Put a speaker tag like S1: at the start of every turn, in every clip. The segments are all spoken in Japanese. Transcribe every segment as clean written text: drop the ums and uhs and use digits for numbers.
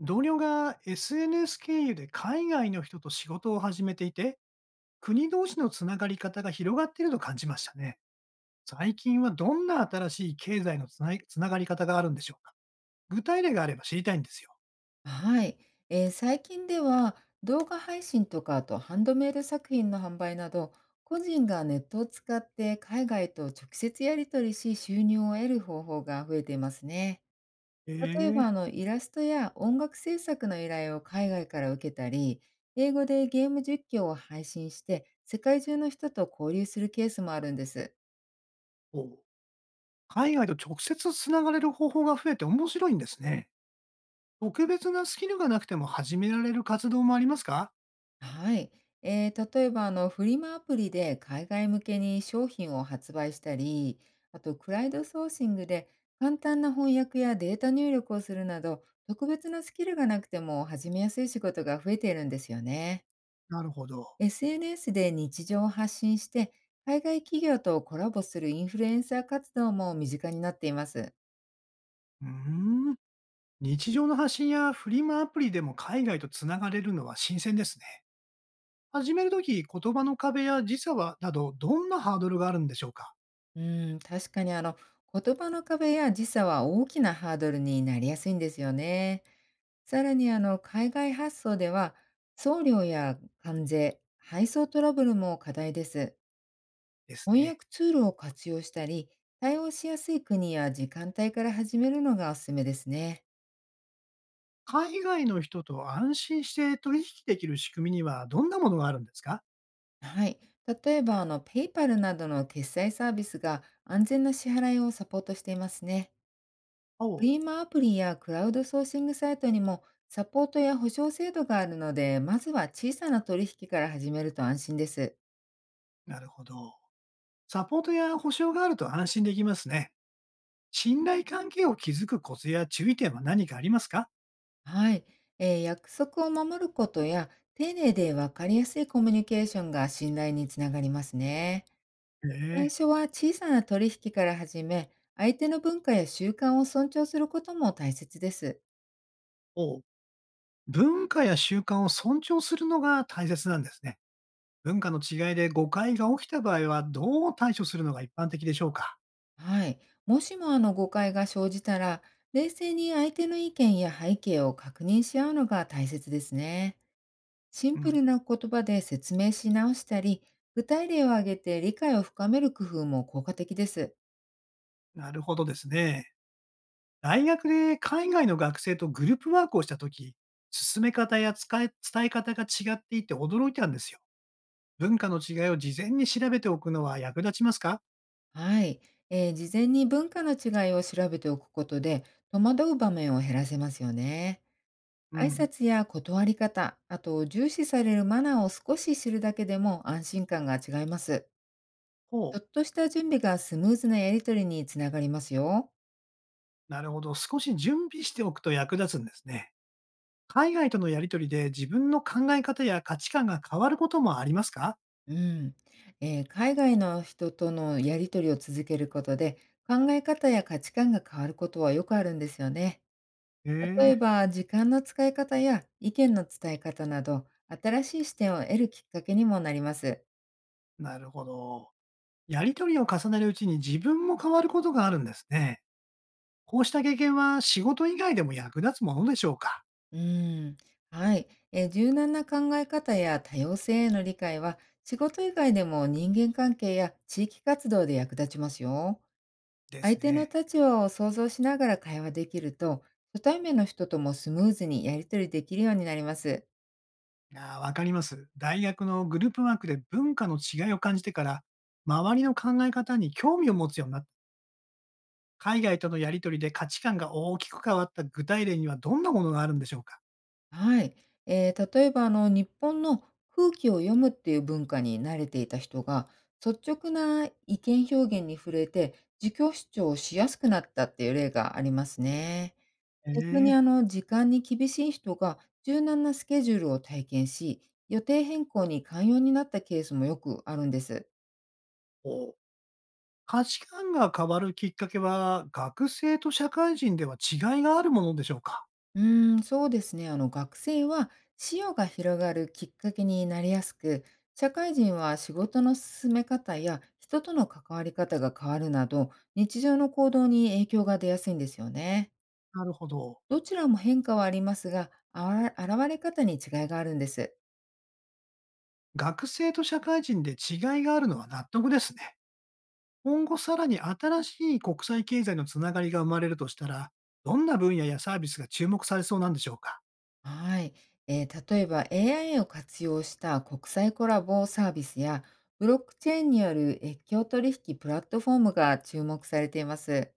S1: 同僚が SNS 経由で海外の人と仕事を始めていて、国同士のつながり方が広がっていると感じましたね。最近はどんな新しい経済のつながり方があるんでしょうか。具体例があれば知りたいんですよ。
S2: はい、最近では動画配信とか、あとハンドメイド作品の販売など、個人がネットを使って海外と直接やり取りし、収入を得る方法が増えていますね。例え
S1: え
S2: ば
S1: え。
S2: イラストや音楽制作の依頼を海外から受けたり、英語でゲーム実況を配信して世界中の人と交流するケースもあるんです。
S1: おう。海外と直接つながれる方法が増えて面白いんですね。特別なスキルがなくても始められる活動もありますか？
S2: はい。例えば、フリマアプリで海外向けに商品を発売したり、あと、クラウドソーシングで簡単な翻訳やデータ入力をするなど、特別なスキルがなくても始めやすい仕事が増えているんですよね。
S1: なるほど。
S2: SNS で日常を発信して、海外企業とコラボするインフルエンサー活動も身近になっています。
S1: うーん。日常の発信やフリマアプリでも海外とつながれるのは新鮮ですね。始めるとき、言葉の壁や時差は、など、どんなハードルがあるんでしょうか？
S2: うん、確かに言葉の壁や時差は大きなハードルになりやすいんですよね。さらに海外発送では、送料や関税、配送トラブルも課題です。
S1: です
S2: 翻
S1: ね。
S2: 訳ツールを活用したり、対応しやすい国や時間帯から始めるのがおすすめですね。
S1: 海外の人と安心して取引できる仕組みにはどんなものがあるんですか？
S2: はい。例えば、PayPal などの決済サービスが安全な支払いをサポートしていますね。
S1: お
S2: フ
S1: う。
S2: リマアプリやクラウドソーシングサイトにもサポートや保証制度があるので、まずは小さな取引から始めると安心です。
S1: なるほど。サポートや保証があると安心できますね。信頼関係を築くコツや注意点は何かありますか？
S2: はい。約束を守ることや、丁寧で分かりやすいコミュニケーションが信頼につながりますね。
S1: へ
S2: 最
S1: え。
S2: 初は小さな取引から始め、相手の文化や習慣を尊重することも大切です。
S1: を。文化や習慣を尊重するのが大切なんですね。文化の違いで誤解が起きた場合はどう対処するのが一般的でしょうか？
S2: はい。もしも誤解が生じたら、冷静に相手の意見や背景を確認し合うのが大切ですね。シン
S1: う
S2: プル
S1: ん。
S2: な言葉で説明し直したり、具体例を挙げて理解を深める工夫も効果的です。
S1: なるほどですね。大学で海外の学生とグループワークをしたとき、進め方や使い伝え方が違っていて驚いたんですよ。文化の違いを事前に調べておくのは役立ちますか？
S2: はい。事前に文化の違いを調べておくことで、戸惑う場面を減らせますよね。
S1: う
S2: 挨
S1: ん。
S2: 拶や断り方、あと重視されるマナーを少し知るだけでも安心感が違います。
S1: ほ
S2: ち
S1: う。
S2: ょっとした準備がスムーズなやり取りにつながりますよ。
S1: なるほど。少し準備しておくと役立つんですね。海外とのやりとりで自分の考え方や価値観が変わることもありますか？
S2: うん、海外の人とのやり取りを続けることで、考え方や価値観が変わることはよくあるんですよね。
S1: へ
S2: 例え
S1: え、
S2: ば時間の使い方や意見の伝え方など、新しい視点を得るきっかけにもなります。
S1: なるほど。やりとりを重ねるうちに自分も変わることがあるんですね。こうした経験は仕事以外でも役立つものでしょうか？
S2: うん、はい、柔軟な考え方や多様性への理解は、仕事以外でも人間関係や地域活動で役立ちますよ。
S1: で
S2: 相
S1: す
S2: 手の
S1: ね。
S2: 立場を想像しながら会話できると、初対面の人ともスムーズにやり取りできるようになります。
S1: ああ、わかります。大学のグループワークで文化の違いを感じてから、周りの考え方に興味を持つようになった。海外とのやりとりで価値観が大きく変わった具体例にはどんなものがあるんでしょうか？
S2: はい。例えば、日本の空気を読むっていう文化に慣れていた人が、率直な意見表現に触れて、自己主張をしやすくなったっていう例がありますね。逆
S1: え
S2: に、
S1: え。
S2: 時間に厳しい人が柔軟なスケジュールを体験し、予定変更に寛容になったケースもよくあるんです。
S1: お。価値観が変わるきっかけは、学生と社会人では違いがあるものでしょうか？
S2: うーん、そうですね。学生は視野が広がるきっかけになりやすく、社会人は仕事の進め方や人との関わり方が変わるなど、日常の行動に影響が出やすいんですよね。
S1: なるほど。
S2: どちらも変化はありますが、現れ方に違いがあるんです。
S1: 学生と社会人で違いがあるのは納得ですね。今後さらに新しい国際経済のつながりが生まれるとしたら、どんな分野やサービスが注目されそうなんでしょうか。
S2: はい。例えば AI を活用した国際コラボサービスや、ブロックチェーンによる越境取引プラットフォームが注目されています。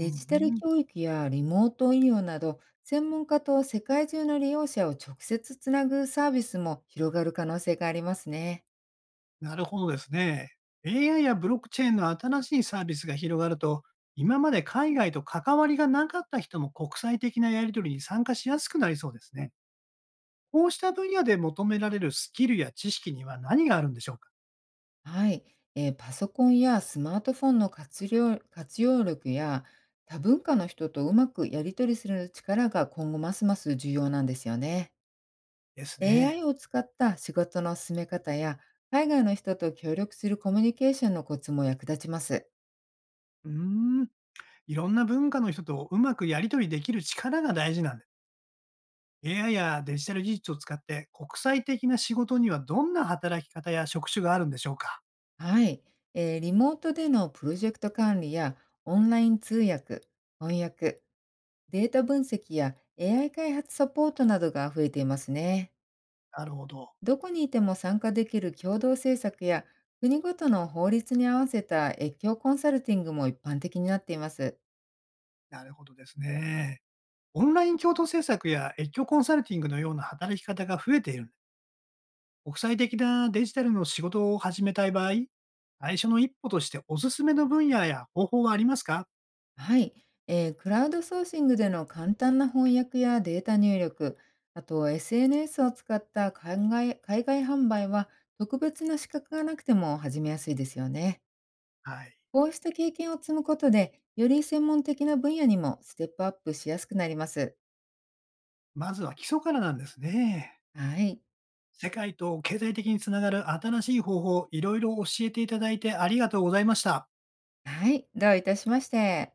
S1: うん、
S2: ジタル
S1: ん、
S2: 教育やリモート医療など、専門家と世界中の利用者を直接つなぐサービスも広がる可能性がありますね。
S1: なるほどですね。AI やブロックチェーンの新しいサービスが広がると、今まで海外と関わりがなかった人も国際的なやり取りに参加しやすくなりそうですね。こうした分野で求められるスキルや知識には何があるんでしょうか？
S2: はい。パソコンやスマートフォンの活用力や、多文化の人とうまくやり取りする力が今後ますます重要なんですよね。
S1: ですね。
S2: AI を使った仕事の進め方や、海外の人と協力するコミュニケーションのコツも役立ちます。
S1: うーん。いろんな文化の人とうまくやり取りできる力が大事なんです。AI やデジタル技術を使って国際的な仕事にはどんな働き方や職種があるんでしょうか？
S2: はい、リモートでのプロジェクト管理やオンライン通訳、翻訳、データ分析や AI 開発サポートなどが増えていますね。
S1: なるほど。
S2: どこにいても参加できる共同政策や、国ごとの法律に合わせた越境コンサルティングも一般的になっています。
S1: なるほどですね。オンライン共同制作や越境コンサルティングのような働き方が増えているんです。国際的なデジタルの仕事を始めたい場合、最初の一歩としておすすめの分野や方法はありますか？
S2: はい、クラウドソーシングでの簡単な翻訳やデータ入力、あと SNS を使った海外販売は、特別な資格がなくても始めやすいですよね。
S1: はい。
S2: こうした経験を積むことで、より専門的な分野にもステップアップしやすくなります。
S1: まずは基礎からなんですね。
S2: はい。
S1: 世界と経済的につながる新しい方法、いろいろ教えていただいてありがとうございました。
S2: はい。どういたしまして。